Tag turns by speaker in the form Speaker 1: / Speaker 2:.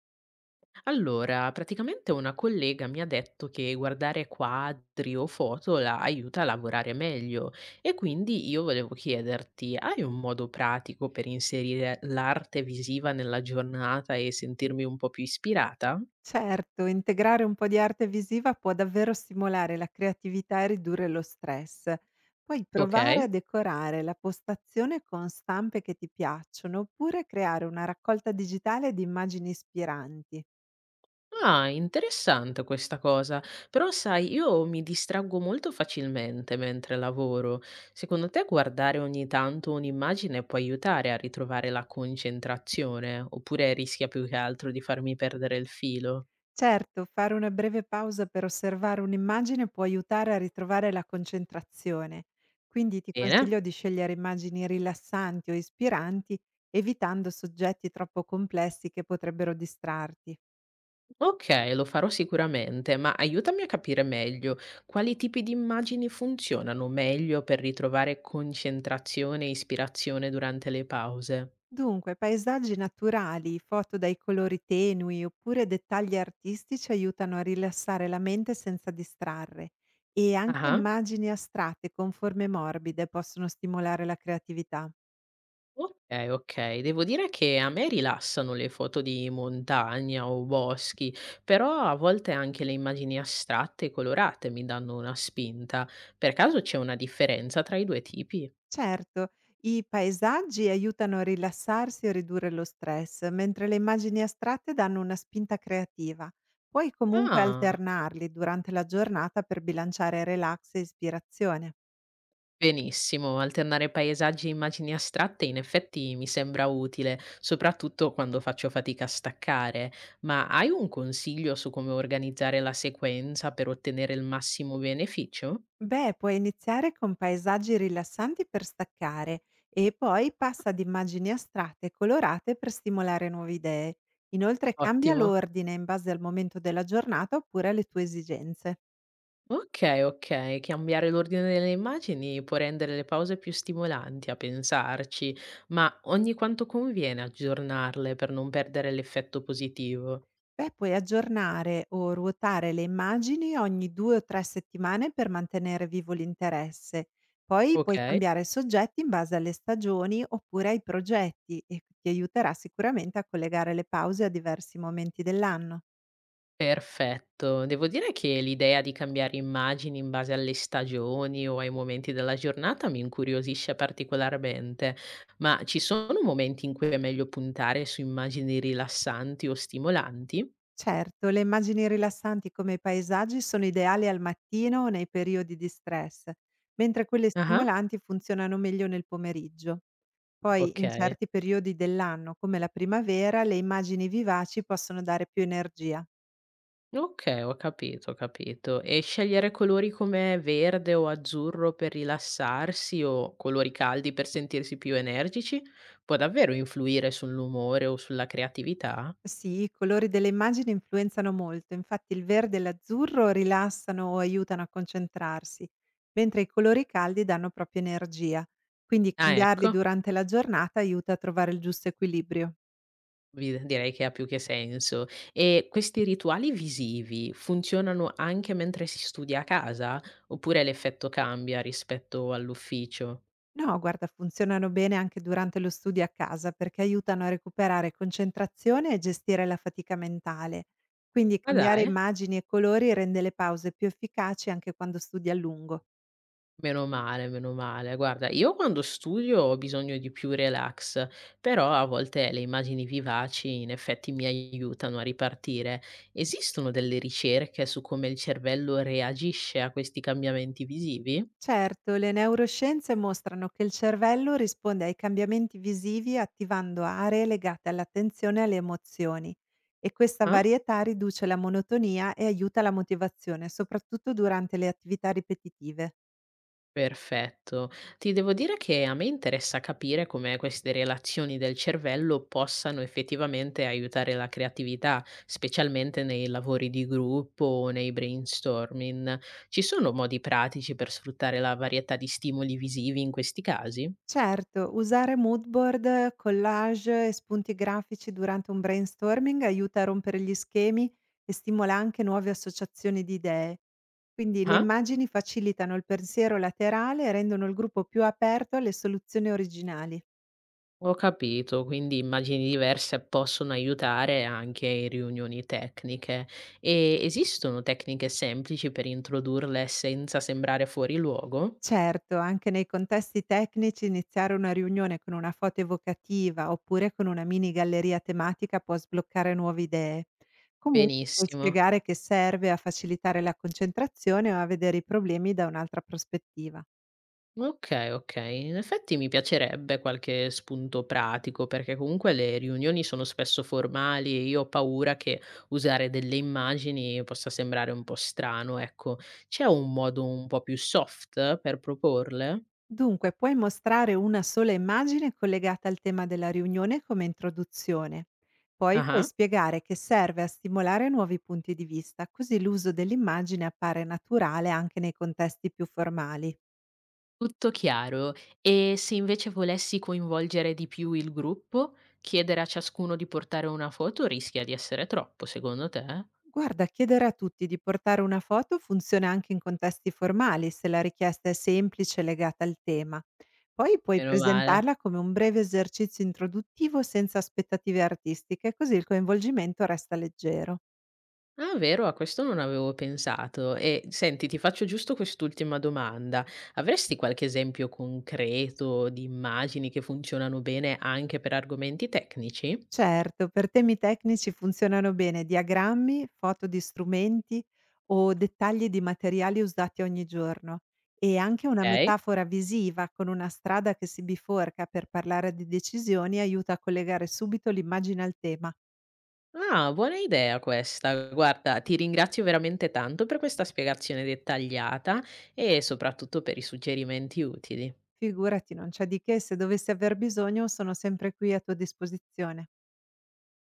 Speaker 1: Allora, praticamente una collega mi ha detto che guardare quadri o foto la aiuta a lavorare meglio e quindi io volevo chiederti, hai un modo pratico per inserire l'arte visiva nella giornata e sentirmi un po' più ispirata?
Speaker 2: Certo, integrare un po' di arte visiva può davvero stimolare la creatività e ridurre lo stress. Puoi
Speaker 1: Ok.
Speaker 2: provare a decorare la postazione con stampe che ti piacciono oppure creare una raccolta digitale di immagini ispiranti.
Speaker 1: Ah, interessante questa cosa. Però sai, io mi distraggo molto facilmente mentre lavoro. Secondo te guardare ogni tanto un'immagine può aiutare a ritrovare la concentrazione, oppure rischia più che altro di farmi perdere il filo?
Speaker 2: Certo, fare una breve pausa per osservare un'immagine può aiutare a ritrovare la concentrazione, quindi ti consiglio
Speaker 1: Bene.
Speaker 2: di scegliere immagini rilassanti o ispiranti, evitando soggetti troppo complessi che potrebbero distrarti.
Speaker 1: Ok, lo farò sicuramente, ma aiutami a capire meglio quali tipi di immagini funzionano meglio per ritrovare concentrazione e ispirazione durante le pause.
Speaker 2: Dunque, paesaggi naturali, foto dai colori tenui oppure dettagli artistici aiutano a rilassare la mente senza distrarre e anche
Speaker 1: Ah.
Speaker 2: immagini astratte con forme morbide possono stimolare la creatività.
Speaker 1: Okay, okay. Devo dire che a me rilassano le foto di montagna o boschi, però a volte anche le immagini astratte e colorate mi danno una spinta. Per caso c'è una differenza tra i due tipi?
Speaker 2: Certo, i paesaggi aiutano a rilassarsi e ridurre lo stress, mentre le immagini astratte danno una spinta creativa. Puoi comunque
Speaker 1: Ah,
Speaker 2: alternarli durante la giornata per bilanciare relax e ispirazione.
Speaker 1: benissimo. Alternare paesaggi e immagini astratte in effetti mi sembra utile, soprattutto quando faccio fatica a staccare. Ma hai un consiglio su come organizzare la sequenza per ottenere il massimo beneficio?
Speaker 2: Beh, puoi iniziare con paesaggi rilassanti per staccare e poi passa ad immagini astratte e colorate per stimolare nuove idee. Inoltre cambia
Speaker 1: Ottimo.
Speaker 2: l'ordine in base al momento della giornata oppure alle tue esigenze.
Speaker 1: Okay, okay. Cambiare l'ordine delle immagini può rendere le pause più stimolanti, a pensarci, ma ogni quanto conviene aggiornarle per non perdere l'effetto positivo?
Speaker 2: Beh, puoi aggiornare o ruotare le immagini ogni 2 o 3 settimane per mantenere vivo l'interesse. Poi puoi
Speaker 1: Okay,
Speaker 2: cambiare soggetti in base alle stagioni oppure ai progetti e ti aiuterà sicuramente a collegare le pause a diversi momenti dell'anno.
Speaker 1: perfetto. Devo dire che l'idea di cambiare immagini in base alle stagioni o ai momenti della giornata mi incuriosisce particolarmente, ma ci sono momenti in cui è meglio puntare su immagini rilassanti o stimolanti?
Speaker 2: Certo, le immagini rilassanti come i paesaggi sono ideali al mattino o nei periodi di stress, mentre quelle
Speaker 1: Ah-ah,
Speaker 2: stimolanti funzionano meglio nel pomeriggio. Poi, in
Speaker 1: ok.
Speaker 2: certi periodi dell'anno, come la primavera, le immagini vivaci possono dare più energia.
Speaker 1: Okay, ho capito, ho capito. E scegliere colori come verde o azzurro per rilassarsi o colori caldi per sentirsi più energici può davvero influire sull'umore o sulla creatività?
Speaker 2: Sì, i colori delle immagini influenzano molto, infatti il verde e l'azzurro rilassano o aiutano a concentrarsi, mentre i colori caldi danno proprio energia, quindi
Speaker 1: Ah,
Speaker 2: cambiarli
Speaker 1: ecco,
Speaker 2: durante la giornata aiuta a trovare il giusto equilibrio.
Speaker 1: vi direi che ha più che senso. E questi rituali visivi funzionano anche mentre si studia a casa oppure l'effetto cambia rispetto all'ufficio?
Speaker 2: No, guarda, funzionano bene anche durante lo studio a casa perché aiutano a recuperare concentrazione e gestire la fatica mentale. Quindi
Speaker 1: Ma
Speaker 2: cambiare
Speaker 1: dai!
Speaker 2: immagini e colori rende le pause più efficaci anche quando studi a lungo.
Speaker 1: Meno male, meno male. Guarda, io quando studio ho bisogno di più relax, però a volte le immagini vivaci in effetti mi aiutano a ripartire. Esistono delle ricerche su come il cervello reagisce a questi cambiamenti visivi?
Speaker 2: Certo, le neuroscienze mostrano che il cervello risponde ai cambiamenti visivi attivando aree legate all'attenzione e alle emozioni e questa
Speaker 1: Ah?
Speaker 2: varietà riduce la monotonia e aiuta la motivazione, soprattutto durante le attività ripetitive.
Speaker 1: Perfetto. Ti devo dire che a me interessa capire come queste relazioni del cervello possano effettivamente aiutare la creatività, specialmente nei lavori di gruppo o nei brainstorming. Ci sono modi pratici per sfruttare la varietà di stimoli visivi in questi casi?
Speaker 2: Certo, usare mood board, collage e spunti grafici durante un brainstorming aiuta a rompere gli schemi e stimola anche nuove associazioni di idee. Quindi le
Speaker 1: Ah,
Speaker 2: immagini facilitano il pensiero laterale e rendono il gruppo più aperto alle soluzioni originali.
Speaker 1: ho capito, quindi immagini diverse possono aiutare anche in riunioni tecniche. E esistono tecniche semplici per introdurle senza sembrare fuori luogo?
Speaker 2: Certo, anche nei contesti tecnici iniziare una riunione con una foto evocativa oppure con una mini galleria tematica può sbloccare nuove idee. Comunque puoi
Speaker 1: Benissimo.
Speaker 2: spiegare che serve a facilitare la concentrazione o a vedere i problemi da un'altra prospettiva.
Speaker 1: Okay, okay. In effetti mi piacerebbe qualche spunto pratico, perché comunque le riunioni sono spesso formali e io ho paura che usare delle immagini possa sembrare un po' strano, ecco. C'è un modo un po' più soft per proporle?
Speaker 2: Dunque, puoi mostrare una sola immagine collegata al tema della riunione come introduzione. Poi puoi
Speaker 1: Ah-ah.
Speaker 2: spiegare che serve a stimolare nuovi punti di vista, così l'uso dell'immagine appare naturale anche nei contesti più formali.
Speaker 1: Tutto chiaro. E se invece volessi coinvolgere di più il gruppo, chiedere a ciascuno di portare una foto rischia di essere troppo, secondo te?
Speaker 2: Guarda, chiedere a tutti di portare una foto funziona anche in contesti formali, se la richiesta è semplice e legata al tema. Poi puoi
Speaker 1: Meno male.
Speaker 2: presentarla come un breve esercizio introduttivo senza aspettative artistiche, così il coinvolgimento resta leggero.
Speaker 1: Ah vero? A questo non avevo pensato. E senti, ti faccio giusto quest'ultima domanda. Avresti qualche esempio concreto di immagini che funzionano bene anche per argomenti tecnici?
Speaker 2: Certo, per temi tecnici funzionano bene diagrammi, foto di strumenti o dettagli di materiali usati ogni giorno e anche una
Speaker 1: Okay.
Speaker 2: metafora visiva con una strada che si biforca per parlare di decisioni aiuta a collegare subito l'immagine al tema.
Speaker 1: Ah, buona idea questa. Guarda, ti ringrazio veramente tanto per questa spiegazione dettagliata e soprattutto per i suggerimenti utili.
Speaker 2: Figurati, non c'è di che, se dovessi aver bisogno sono sempre qui a tua disposizione.